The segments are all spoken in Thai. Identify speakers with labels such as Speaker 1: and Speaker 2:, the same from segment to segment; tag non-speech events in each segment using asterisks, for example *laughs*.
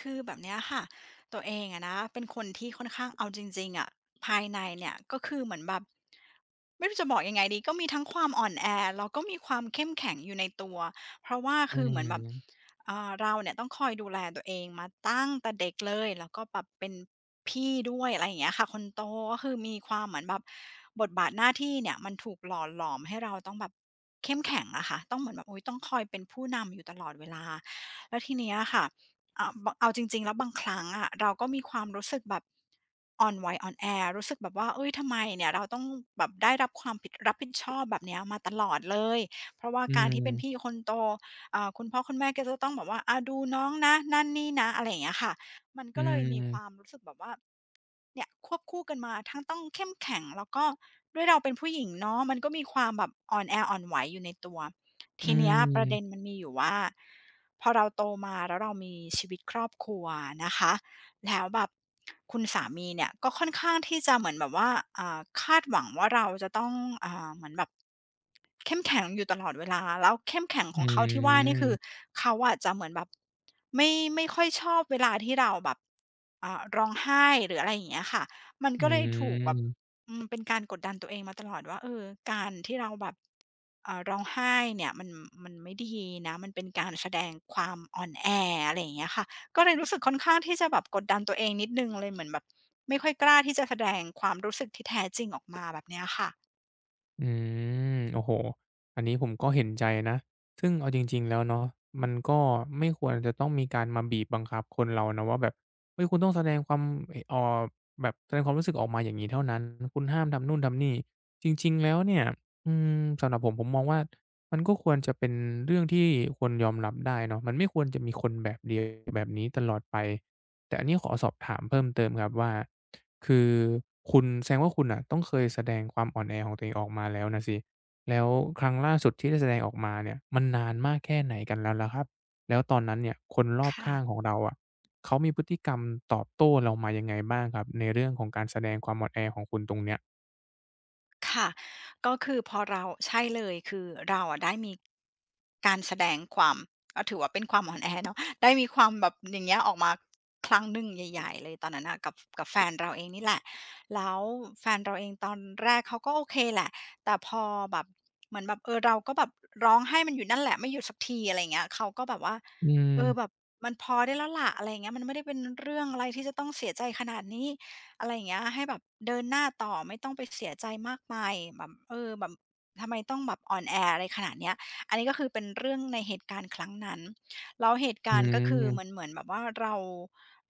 Speaker 1: คือแบบเนี้ยค่ะตัวเองอะนะเป็นคนที่ค่อนข้างเอาจริงๆอะภายในเนี่ยก็คือเหมือนแบบไม่รู้จะบอกยังไงดีก็มีทั้งความอ่อนแอแล้วก็มีความเข้มแข็งอยู่ในตัวเพราะว่า
Speaker 2: อื
Speaker 1: คือเหมือนแบบ
Speaker 2: ม
Speaker 1: เราเนี่ยต้องคอยดูแลตัวเองมาตั้งแต่เด็กเลยแล้วก็แบบเป็นพี่ด้วยอะไรอย่างเงี้ยค่ะคนโตก็คือมีความเหมือนแบบบทบาทหน้าที่เนี่ยมันถูกหล่อหลอมให้เราต้องแบบเข้มแข็งอะค่ะต้องเหมือนแบบอุ๊ยต้องคอยเป็นผู้นำอยู่ตลอดเวลาแล้วทีเนี้ยค่ะ บางเอาจริงๆแล้วบางครั้งอะเราก็มีความรู้สึกแบบอ่อนไหวอ่อนแอรู้สึกแบบว่าเอ้ยทำไมเนี่ยเราต้องแบบได้รับความผิดรับผิดชอบแบบเนี้ยมาตลอดเลย เพราะว่า
Speaker 2: อื
Speaker 1: การที่เป็นพี่
Speaker 2: ม
Speaker 1: คนโตคุณพ่อคุณแม่ก็จะต้องแบบว่าอาดูน้องนะนั่นนี่นะอะไรอย่างเงี้ยค่ะ มัน
Speaker 2: อื
Speaker 1: ก็เลยมีความ
Speaker 2: ม
Speaker 1: รู้สึกแบบว่า เนี่ยควบคู่กันมาทั้งต้องเข้มแข็งแล้วก็ด้วยเราเป็นผู้หญิงเนาะมันก็มีความแบบอ่อนแออ่อนไหวอยู่ในตัว
Speaker 2: อื
Speaker 1: ทีเนี้ยประเด็น
Speaker 2: ม
Speaker 1: มันมีอยู่ว่าพอเราโตมาแล้วเรามีชีวิตครอบครัวนะคะ แล้วแบบคุณสามีเนี่ยก็ค่อนข้างที่จะเหมือนแบบว่าคาดหวังว่าเราจะต้องเหมือนแบบเข้มแข็งอยู่ตลอดเวลาแล้วเข้มแข็ง
Speaker 2: อื
Speaker 1: ของเขาที่ว่านี่คือ
Speaker 2: ม
Speaker 1: เขาอาจจะเหมือนแบบไม่ไม่ค่อยชอบเวลาที่เราแบบร้องไห้หรืออะไรอย่างเงี้ยค่ะมัน
Speaker 2: อื
Speaker 1: ก็เลยถูกแบบ
Speaker 2: ม
Speaker 1: เป็นการกดดันตัวเองมาตลอดว่าเออการที่เราแบบร้องไห้เนี่ยมันไม่ดีนะมันเป็นการแสดงความอ่อนแออะไรอย่างเงี้ยค่ะ ก็เลยรู้สึกค่อนข้างที่จะแบบกดดันตัวเองนิดนึงเลยเหมือนแบบไม่ค่อยกล้าที่จะแสดงความรู้สึกที่แท้จริงออกมาแบบเนี้ยค่ะ
Speaker 2: อืโอ้โฮอันนี้ผมก็เห็นใจนะ ซึ่งเอาจริงๆแล้วเนาะมันก็ไม่ควรจะต้องมีการมาบีบบังคับคนเรานะว่าแบบเฮ้ยคุณต้องแสดงความเอ่อแบบแสดงความรู้สึกออกมาอย่างงี้เท่านั้นคุณห้ามทำนู่นทำนี่จริงๆแล้วเนี่ยอืมสำหรับผมผมมองว่า มันก็ควรจะเป็นเรื่องที่ควรยอมรับได้เนาะมันไม่ควรจะมีคนแบบเดียวแบบนี้ตลอดไป แต่อันนี้ขอสอบถามเพิ่มเติมครับว่าคือคุณแสดงว่าคุณน่ะต้องเคยแสดงความอ่อนแอของตัวเองออกมาแล้วน่ะสิแล้วครั้งล่าสุดที่ได้แสดงออกมาเนี่ยมันนานมากแค่ไหนกันแล้วล่ะครับแล้วตอนนั้นเนี่ยคนรอบ
Speaker 1: ค่ะ
Speaker 2: ข้างของเราอะเขามีพฤติกรรมตอบโต้เรามายังไงบ้างครับในเรื่องของการแสดงความอ่อนแอของคุณตรงเนี้ย
Speaker 1: ค่ะก็คือพอเราใช่เลยคือเราอะได้มีการแสดงความก็ถือว่าเป็นความอ่อนแอเนาะได้มีความแบบอย่างเงี้ยออกมาครั้งหนึ่งใหญ่ๆเลยตอนนั้นน่ะกับแฟนเราเองนี่แหละแล้วแฟนเราเองตอนแรกเขาก็โอเคแหละแต่พอแบบเหมือนแบบเออเราก็แบบร้องไห้มันอยู่นั่นแหละไม่หยุดสักทีอะไรอย่างเงี้ยเขาก็แบบว่า
Speaker 2: อืม
Speaker 1: เออแบบมันพอได้แล้วล่ะอะไรอย่างเงี้ยมันไม่ได้เป็นเรื่องอะไรที่จะต้องเสียใจขนาดนี้ อะไรอย่างเงี้ยให้แบบเดินหน้าต่อไม่ต้องไปเสียใจมากมายแบบเออแบบทำไมต้องแบบอ่อนแออะไรขนาดเนี้ยอันนี้ก็คือเป็นเรื่องในเหตุการณ์ครั้งนั้นแล้วเหตุ
Speaker 2: อื
Speaker 1: การณ์ก็คือเหมือนเห
Speaker 2: ม
Speaker 1: มือนแบบว่าเรา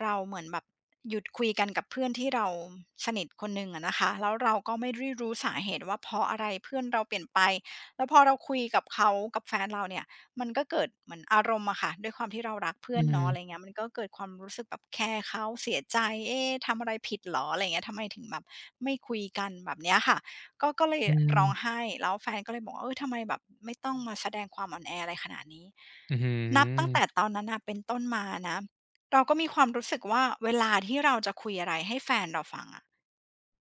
Speaker 1: เราเหมือนแบบหยุดคุยกันกับเพื่อนที่เราสนิทคนหนึ่งอะนะคะแล้วเราก็ไม่ได้รู้สาเหตุว่าเพราะอะไรเพื่อนเราเปลี่ยนไปแล้วพอเราคุยกับเขากับแฟนเราเนี่ย มันก็เกิดเหมือนอารมณ์อะค่ะด้วยความที่เรารักเพื่
Speaker 2: อื
Speaker 1: อนเนาะ
Speaker 2: ม
Speaker 1: อะไรเงี้ยมันก็เกิดความรู้สึกแบบแคร์เขาเสียใจเอ๊ะทำอะไรผิดเหรออะไรเงี้ยทำไมถึงแบบไม่คุยกันแบบเนี้ยค่ะก็เลย
Speaker 2: อื
Speaker 1: ร้อง
Speaker 2: ม
Speaker 1: ไห้แล้วแฟนก็เลยบอกว่าเออทำไมแบบไม่ต้องมาแสดงความอ่อนแออะไรขนาดนี้
Speaker 2: อื้อฮื
Speaker 1: นับตั้ง
Speaker 2: อ
Speaker 1: แต่ตอนนั้นน่ะเป็นต้นมานะเราก็มีความรู้สึกว่าเวลาที่เราจะคุยอะไรให้แฟนเราฟังอะ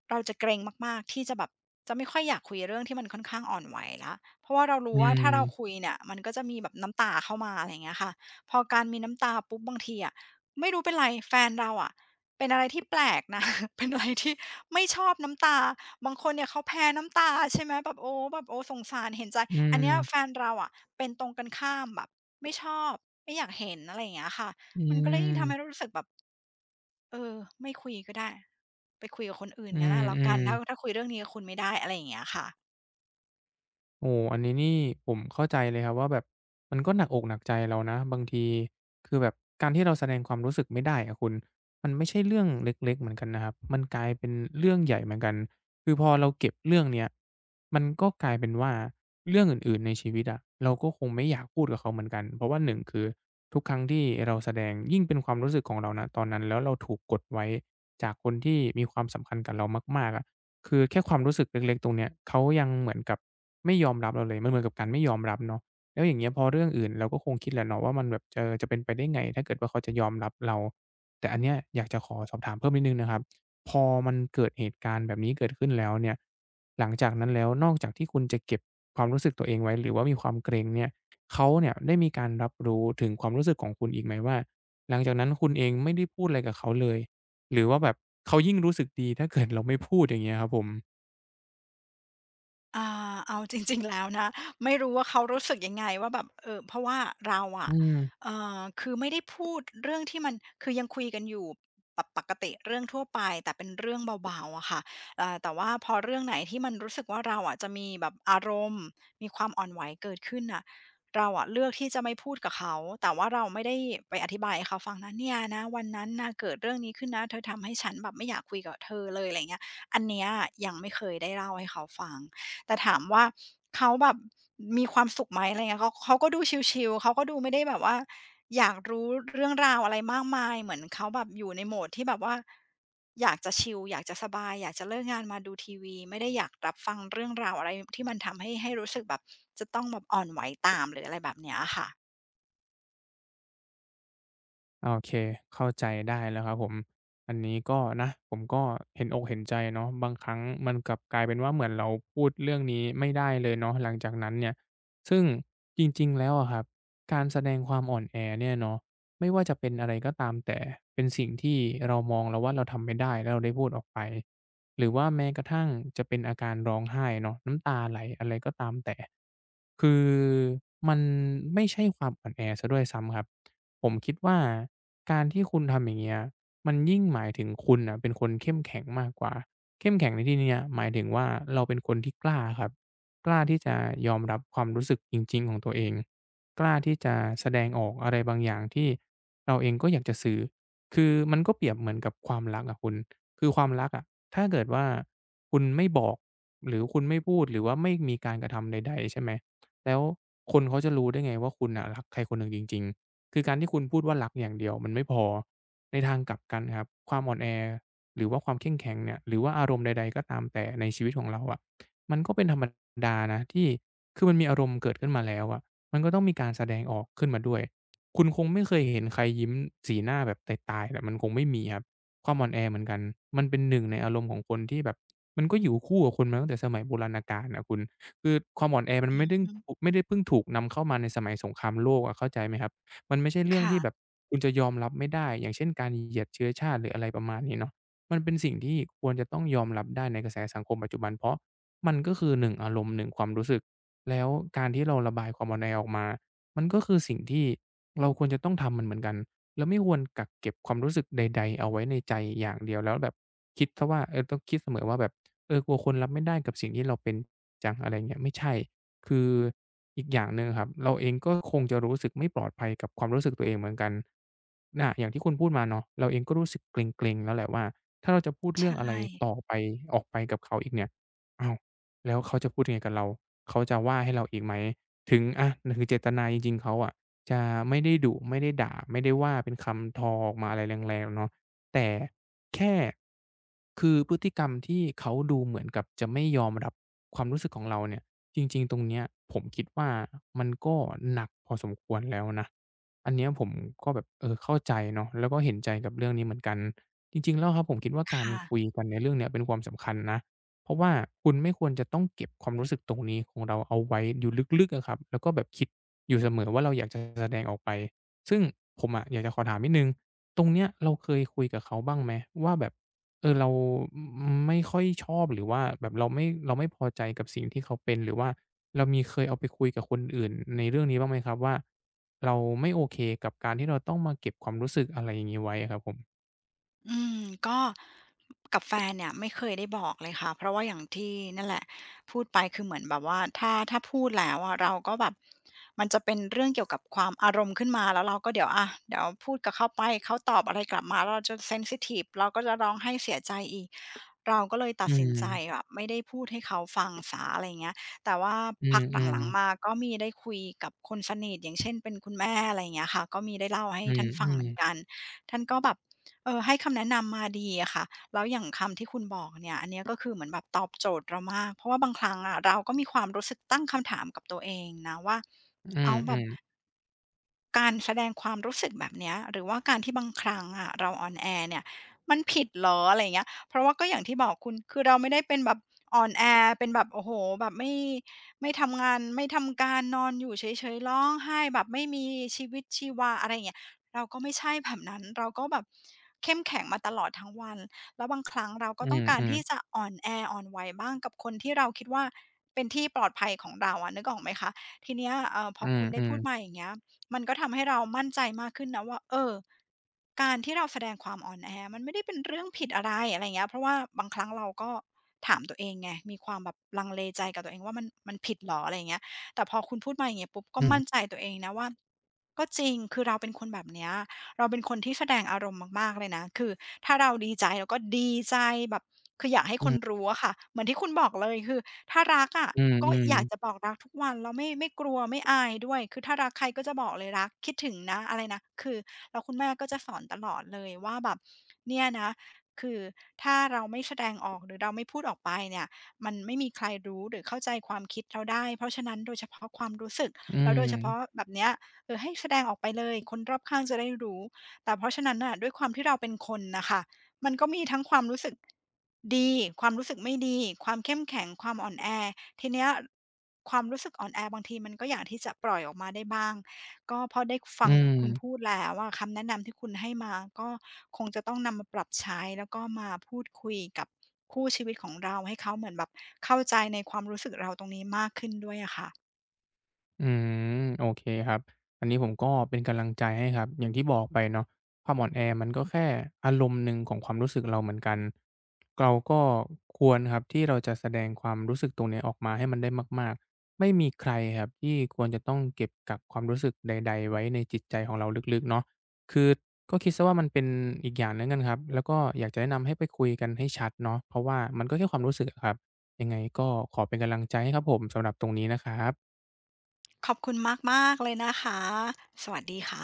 Speaker 1: เราจะเกรงมากๆที่จะแบบจะไม่ค่อยอยากคุยเรื่องที่มันค่อนข้างอ่อนไหวแล้ว เพราะว่าเรา
Speaker 2: อื
Speaker 1: รู้ว่าถ้าเราคุ
Speaker 2: ม
Speaker 1: ยเนี่ยมันก็จะมีแบบน้ำตาเข้ามาอะไรอย่างเงี้ยค่ะพอการมีน้ำตาปุ๊บบางทีอะไม่รู้เป็นไรแฟนเราอะเป็นอะไรที่แปลกนะ *laughs* เป็นอะไรที่ไม่ชอบน้ำตาบางคนเนี่ยเขาแพ้น้ำตาใช่ไหมแบบโอ้แบบโอ้สงสารเห็นใจ
Speaker 2: อื
Speaker 1: อัน
Speaker 2: ม
Speaker 1: เนี้ยแฟนเราอะเป็นตรงกันข้ามแบบไม่ชอบไม่อยากเห็นอะไรอย่างเงี้ยค่ะ
Speaker 2: อื
Speaker 1: มันก็เลยยิ่งทำให้เรา
Speaker 2: ม
Speaker 1: รู้สึกแบบเออไม่คุยก็ได้ไปคุยกับคนอื่น
Speaker 2: อื
Speaker 1: งั้น
Speaker 2: ม
Speaker 1: ละแล้
Speaker 2: อื
Speaker 1: วกั
Speaker 2: ม
Speaker 1: นถ้าคุยเรื่องนี้กับคุณไม่ได้อะไรอย่างเงี้ยค่ะ
Speaker 2: โอ้อันนี้นี่ผมเข้าใจเลยครับว่าแบบมันก็หนักอกหนักใจเรานะบางทีคือแบบการที่เราแสดงความรู้สึกไม่ได้อะคุณมันไม่ใช่เรื่องเล็กๆเหมือนกันนะครับมันกลายเป็นเรื่องใหญ่เหมือนกันคือพอเราเก็บเรื่องเนี้ยมันก็กลายเป็นว่าเรื่องอื่นๆในชีวิตอะเราก็คงไม่อยากพูดกับเขาเหมือนกันเพราะว่า1คือทุกครั้งที่เราแสดงยิ่งเป็นความรู้สึกของเราณตอนนั้นแล้วเราถูกกดไว้จากคนที่มีความสำคัญกับเรามากๆอะ คือแค่ความรู้สึกเล็กๆตรงเนี้ยเขายังเหมือนกับไม่ยอมรับเราเลยมันเหมือนกับการไม่ยอมรับเนาะแล้วอย่างเงี้ยพอเรื่องอื่นเราก็คงคิดแหละเนาะว่ามันแบบเออจะเป็นไปได้ไงถ้าเกิดว่าเขาจะยอมรับเราแต่อันเนี้ยอยากจะขอสอบถามเพิ่มนิดหนึ่งนะครับพอมันเกิดเหตุการณ์แบบนี้เกิดขึ้นแล้วเนี่ยหลังจากนั้นแล้วนอกจากที่คุณจะเก็บความรู้สึกตัวเองไว้หรือว่ามีความเกรงเนี่ยเขาเนี่ยได้มีการรับรู้ถึงความรู้สึกของคุณอีกไหมว่าหลังจากนั้นคุณเองไม่ได้พูดอะไรกับเขาเลย หรือว่าแบบเขายิ่งรู้สึกดีถ้าเกิดเราไม่พูดอย่างเงี้ยครับผม
Speaker 1: อ่เอาจริงๆแล้วนะไม่รู้ว่าเขารู้สึกยังไงว่าแบบเพราะว่าเรา
Speaker 2: อื
Speaker 1: อะ
Speaker 2: ม
Speaker 1: คือไม่ได้พูดเรื่องที่มันคือยังคุยกันอยู่ปกติเรื่องทั่วไปแต่เป็นเรื่องเบาๆอะค่ะแต่ว่าพอเรื่องไหนที่มันรู้สึกว่าเราอะจะมีแบบอารมณ์มีความอ่อนไหวเกิดขึ้นน่ะเราอะเลือกที่จะไม่พูดกับเขาแต่ว่าเราไม่ได้ไปอธิบายให้เขาฟังนะเนี่ยนะวันนั้นน่ะเกิดเรื่องนี้ขึ้นนะเธอทำให้ฉันแบบไม่อยากคุยกับเธอเลยอะไรอย่างเงี้ยอันเนี้ยยังไม่เคยได้เล่าให้เขาฟัง แต่ถามว่าเขาแบบมีความสุขไหมอะไรเงี้ยเขาก็ดูชิลๆเขาก็ดูไม่ได้แบบว่าอยากรู้เรื่องราวอะไรมากมายเหมือนเขาแบบอยู่ในโหมดที่แบบว่าอยากจะชิลอยากจะสบายอยากจะเลิกงานมาดูทีวีไม่ได้อยากรับฟังเรื่องราวอะไรที่มันทำให้รู้สึกแบบจะต้องแบบอ่อนไหวตามหรืออะไรแบบเนี้ยค่ะ
Speaker 2: โอเคเข้าใจได้แล้วครับผมอันนี้ก็นะผมก็เห็นอกเห็นใจเนาะบางครั้งมันกลับกลายเป็นว่าเหมือนเราพูดเรื่องนี้ไม่ได้เลยเนาะหลังจากนั้นเนี่ยซึ่งจริงๆแล้วอะครับการแสดงความอ่อนแอเนี่ยเนาะไม่ว่าจะเป็นอะไรก็ตามแต่เป็นสิ่งที่เรามองแล้วว่าเราทำไม่ได้แล้วเราได้พูดออกไปหรือว่าแม้กระทั่งจะเป็นอาการร้องไห้เนาะน้ำตาไหลอะไรก็ตามแต่คือมันไม่ใช่ความอ่อนแอเสียด้วยซ้ำครับ ผมคิดว่าการที่คุณทำอย่างเงี้ยมันยิ่งหมายถึงคุณน่ะเป็นคนเข้มแข็งมากกว่าเข้มแข็งในที่เนี้ยหมายถึงว่าเราเป็นคนที่กล้าครับกล้าที่จะยอมรับความรู้สึกจริงๆของตัวเองกล้าที่จะแสดงออกอะไรบางอย่างที่เราเองก็อยากจะสื่อคือมันก็เปรียบเหมือนกับความรักอะคุณคือความรักอะถ้าเกิดว่าคุณไม่บอกหรือคุณไม่พูดหรือว่าไม่มีการกระทำใดๆใช่ไหมแล้วคนเขาจะรู้ได้ไงว่าคุณน่ะรักใครคนหนึ่งจริงๆ คือการที่คุณพูดว่ารักอย่างเดียวมันไม่พอในทางกลับกันครับความอ่อนแอหรือว่าความเข้มแข็งเนี่ยหรือว่าอารมณ์ใดๆก็ตามแต่ในชีวิตของเราอะมันก็เป็นธรรมดานะที่คือมันมีอารมณ์เกิดขึ้นมาแล้วอะมันก็ต้องมีการแสดงออกขึ้นมาด้วยคุณคงไม่เคยเห็นใครยิ้มสีหน้าแบบตายๆน่ะมันคงไม่มีครับความอ่อนแอเหมือนกันมันเป็นหนึ่งในอารมณ์ของคนที่แบบมันก็อยู่คู่กับคนมาตั้งแต่สมัยโบราณกาลน่ะคุณคือความอ่อนแอมัน
Speaker 1: อื
Speaker 2: ไม่
Speaker 1: อ
Speaker 2: ดึ้ง
Speaker 1: ฮึ
Speaker 2: ไม่ได้เพิ่งถูกนำเข้ามาในสมัยสงครามโลกอะเข้าใจไหมครับ มันไม่ใช่เรื่องที่แบบ
Speaker 1: ค่ะ
Speaker 2: คุณจะยอมรับไม่ได้อย่างเช่นการเหยียดเชื้อชาติหรืออะไรประมาณนี้เนาะมันเป็นสิ่งที่ควรจะต้องยอมรับได้ในกระแสสังคมปัจจุบันเพราะมันก็คือหนึ่งอารมณ์หนึ่งความรู้สึกแล้วการที่เราระบายความอ่อนแอออกมามันก็คือสิ่งที่เราควรจะต้องทำมันเหมือนกันเราไม่ควรกักเก็บความรู้สึกใดๆเอาไว้ในใจอย่างเดียวแล้วแบบคิดเสียว่าเออต้องคิดเสมอว่าแบบเออกลัวคนรับไม่ได้กับสิ่งที่เราเป็นจังอะไรอย่างเงี้ยไม่ใช่ คืออีกอย่างหนึ่งครับเราเองก็คงจะรู้สึกไม่ปลอดภัยกับความรู้สึกตัวเองเหมือนกันน่ะอย่างที่คุณพูดมาเนาะเราเองก็รู้สึกเกร็งๆแล้วแหละว่าถ้าเราจะพูดเรื่องอะไร
Speaker 1: ใช่
Speaker 2: ต่อไปออกไปกับเขาอีกเนี่ยอ้าวแล้วเขาจะพูดยังไงกับเราเขาจะว่าให้เราอีกไหมถึงอะถึงเจตนาจริงๆเขาอะจะไม่ได้ดุไม่ได้ด่าไม่ได้ว่าเป็นคำทอออกมาอะไรแรงๆเนาะแต่แค่คือพฤติกรรมที่เขาดูเหมือนกับจะไม่ยอมรับความรู้สึกของเราเนี่ย จริงๆ ตรงเนี้ยผมคิดว่ามันก็หนักพอสมควรแล้วนะอันเนี้ยผมก็แบบเออเข้าใจเนาะแล้วก็เห็นใจกับเรื่องนี้เหมือนกันจริงๆแล้วครับผมคิดว่าการ
Speaker 1: ค่ะ
Speaker 2: คุยกันในเรื่องเนี้ยเป็นความสำคัญนะเพราะว่าคุณไม่ควรจะต้องเก็บความรู้สึกตรงนี้ของเราเอาไว้อยู่ลึกๆอะครับแล้วก็แบบคิดอยู่เสมอว่าเราอยากจะแสดงออกไปซึ่งผมอะอยากจะขอถามนิดหนึ่งตรงเนี้ยเราเคยคุยกับเขาบ้างไหมว่าแบบ เออเราอไม่ค่อยชอบหรือว่าแบบเราไม่พอใจกับสิ่งที่เขาเป็นหรือว่าเรามีเคยเอาไปคุยกับคนอื่นในเรื่องนี้บ้างไหมครับว่าเราไม่โอเคกับการที่เราต้องมาเก็บความรู้สึกอะไรอย่างงี้ไว้อะครับผม
Speaker 1: อืมก็กับแฟนเนี่ยไม่เคยได้บอกเลยค่ะเพราะว่าอย่างที่นั่นแหละพูดไปคือเหมือนแบบว่าถ้าพูดแล้วอะเราก็แบบมันจะเป็นเรื่องเกี่ยวกับความอารมณ์ขึ้นมาแล้วเราก็เดี๋ยวพูดกับเขาไปเขาตอบอะไรกลับมาแล้วเราจะเซนซิทีฟเราก็จะร้องไห้เสียใจอีก เราก็เลยตั
Speaker 2: อื
Speaker 1: ดสินใจแบ
Speaker 2: ม
Speaker 1: บไม่ได้พูดให้เขาฟังเสียอะไร่างเงี้ยแต่ว่า
Speaker 2: อื
Speaker 1: พักหลั
Speaker 2: ม
Speaker 1: ง
Speaker 2: ๆ
Speaker 1: ๆมาก็มีได้คุยกับคนสนิทอย่างเช่นเป็นคุณแม่อะไรเงี้ยค่ะก็มีได้เล่าให้
Speaker 2: อื
Speaker 1: ท่านฟังเห
Speaker 2: ม
Speaker 1: มือนกัน
Speaker 2: ๆ
Speaker 1: ท่านก็แบบเออให้คำแนะนำมาดีอะค่ะแล้วอย่างคำที่คุณบอกเนี่ยอันเนี้ยก็คือเหมือนแบบตอบโจทย์เรามากเพราะว่าบางครั้งอะเราก็มีความรู้สึกตั้งคำถามกับตัวเองนะว่า
Speaker 2: อ
Speaker 1: อ้าวแบบ
Speaker 2: ืม
Speaker 1: การแสดงความรู้สึกแบบเนี้ยหรือว่าการที่บางครั้งอะเราอ่อนแอเนี่ยมันผิดเหรออะไรอย่างเงี้ยเพราะว่าก็อย่างที่บอกคุณคือเราไม่ได้เป็นแบบอ่อนแอเป็นแบบโอ้โฮแบบไม่ทำงานไม่ทำการนอนอยู่เฉยๆร้องไห้แบบไม่มีชีวิตชีวาอะไรอย่างเงี้ยเราก็ไม่ใช่แบบนั้นเราก็แบบเข้มแข็งมาตลอดทั้งวันแล้วบางครั้งเรา
Speaker 2: ๆ
Speaker 1: ก็
Speaker 2: อื
Speaker 1: ต้องการ
Speaker 2: ม
Speaker 1: ที่
Speaker 2: ๆ
Speaker 1: จะอ่อนแออ่อนไหวบ้างกับคนที่เราคิดว่าเป็นที่ปลอดภัยของเราอะนึกออกไหมคะทีเนี้ยพ
Speaker 2: อื
Speaker 1: อคุณได้
Speaker 2: ม
Speaker 1: พูดมา
Speaker 2: ๆ
Speaker 1: อย่างเงี้ย มันก็ทำให้เรามั่นใจมากขึ้นนะว่าเออการที่เราแสดงความอ่อนแอมันไม่ได้เป็นเรื่องผิดอะไรอะไรเงี้ยเพราะว่าบางครั้งเราก็ถามตัวเองไงมีความแบบลังเลใจกับตัวเองว่ามันผิดเหรออะไรอย่างเงี้ยแต่พอคุณพูดมาอย่างเงี้ยปุ๊บก็
Speaker 2: อืม
Speaker 1: มั่นใจ
Speaker 2: ๆ
Speaker 1: ตัวเองนะว่าก็จริงคือเราเป็นคนแบบเนี้ย เราเป็นคนที่แสดงอารมณ์มากๆเลยนะ คือถ้าเราดีใจเราก็ดีใจแบบคืออยากให้
Speaker 2: อื
Speaker 1: คน
Speaker 2: ม
Speaker 1: รู้อะค่ะเหมือนที่คุณบอกเลยคือถ้ารักอะ
Speaker 2: ๆอื
Speaker 1: ก็
Speaker 2: ม
Speaker 1: อยากจะ
Speaker 2: ๆ
Speaker 1: บอกรักทุกวันแล้วไม่กลัวไม่อายด้วยคือถ้ารักใครก็จะบอกเลยรักคิดถึงนะอะไรนะคือแล้วคุณแม่ก็จะสอนตลอดเลยว่าแบบเนี่ยนะคือถ้าเราไม่แสดงออกหรือเราไม่พูดออกไปเนี่ยมันไม่มีใครรู้หรือเข้าใจความคิดเราได้เพราะฉะนั้นโดยเฉพาะความรู้สึก
Speaker 2: อื
Speaker 1: แล้วโดยเฉ
Speaker 2: ม
Speaker 1: พาะ
Speaker 2: ๆ
Speaker 1: แบบเนี้ยเออให้แสดงออกไปเลยคนรอบข้างจะได้รู้ แต่เพราะฉะนั้นน่ะด้วยความที่เราเป็นคนนะคะมันก็มีทั้งความรู้สึกดีความรู้สึกไม่ดีความเข้มแข็งความอ่อนแอทีเนี้ยความรู้สึกอ่อนแอบางทีมันก็อยากที่จะปล่อยออกมาได้บ้างก็พอได้
Speaker 2: อื
Speaker 1: ฟัง
Speaker 2: มๆ
Speaker 1: คุ
Speaker 2: อื
Speaker 1: ณพู
Speaker 2: ม
Speaker 1: ดแล้วอะคำแนะนำที่คุณให้มาก็คงจะต้องนำมาปรับใช้แล้วก็มาพูดคุยกับคู่ชีวิตของเราให้เขาเหมือนแบบเข้าใจในความรู้สึกเราตรงนี้มากขึ้นด้วยอะค่ะ
Speaker 2: อืมโอเคครับอันนี้ผมก็เป็นกำลังใจให้ครับอย่างที่บอกไปเนาะความอ่อนแอมันก็แค่อารมณ์หนึ่งของความรู้สึกเราเหมือนกันเราก็ควรครับที่เราจะแสดงความรู้สึกตรงเนี้ยออกมาให้มันได้มากๆไม่มีใครครับที่ควรจะต้องเก็บกักความรู้สึกใดๆไว้ในจิตใจของเราลึกๆเนาะคือก็คิดซะว่ามันเป็นอีกอย่างหนึ่งกันครับแล้วก็อยากจะแนะนำให้ไปคุยกันให้ชัดเนาะเพราะว่ามันก็แค่ความรู้สึกอะครับยังไงก็ขอเป็นกำลังใจให้ครับผมสำหรับตรงนี้นะครับ
Speaker 1: ขอบคุณมากๆเลยนะคะสวัสดีค่ะ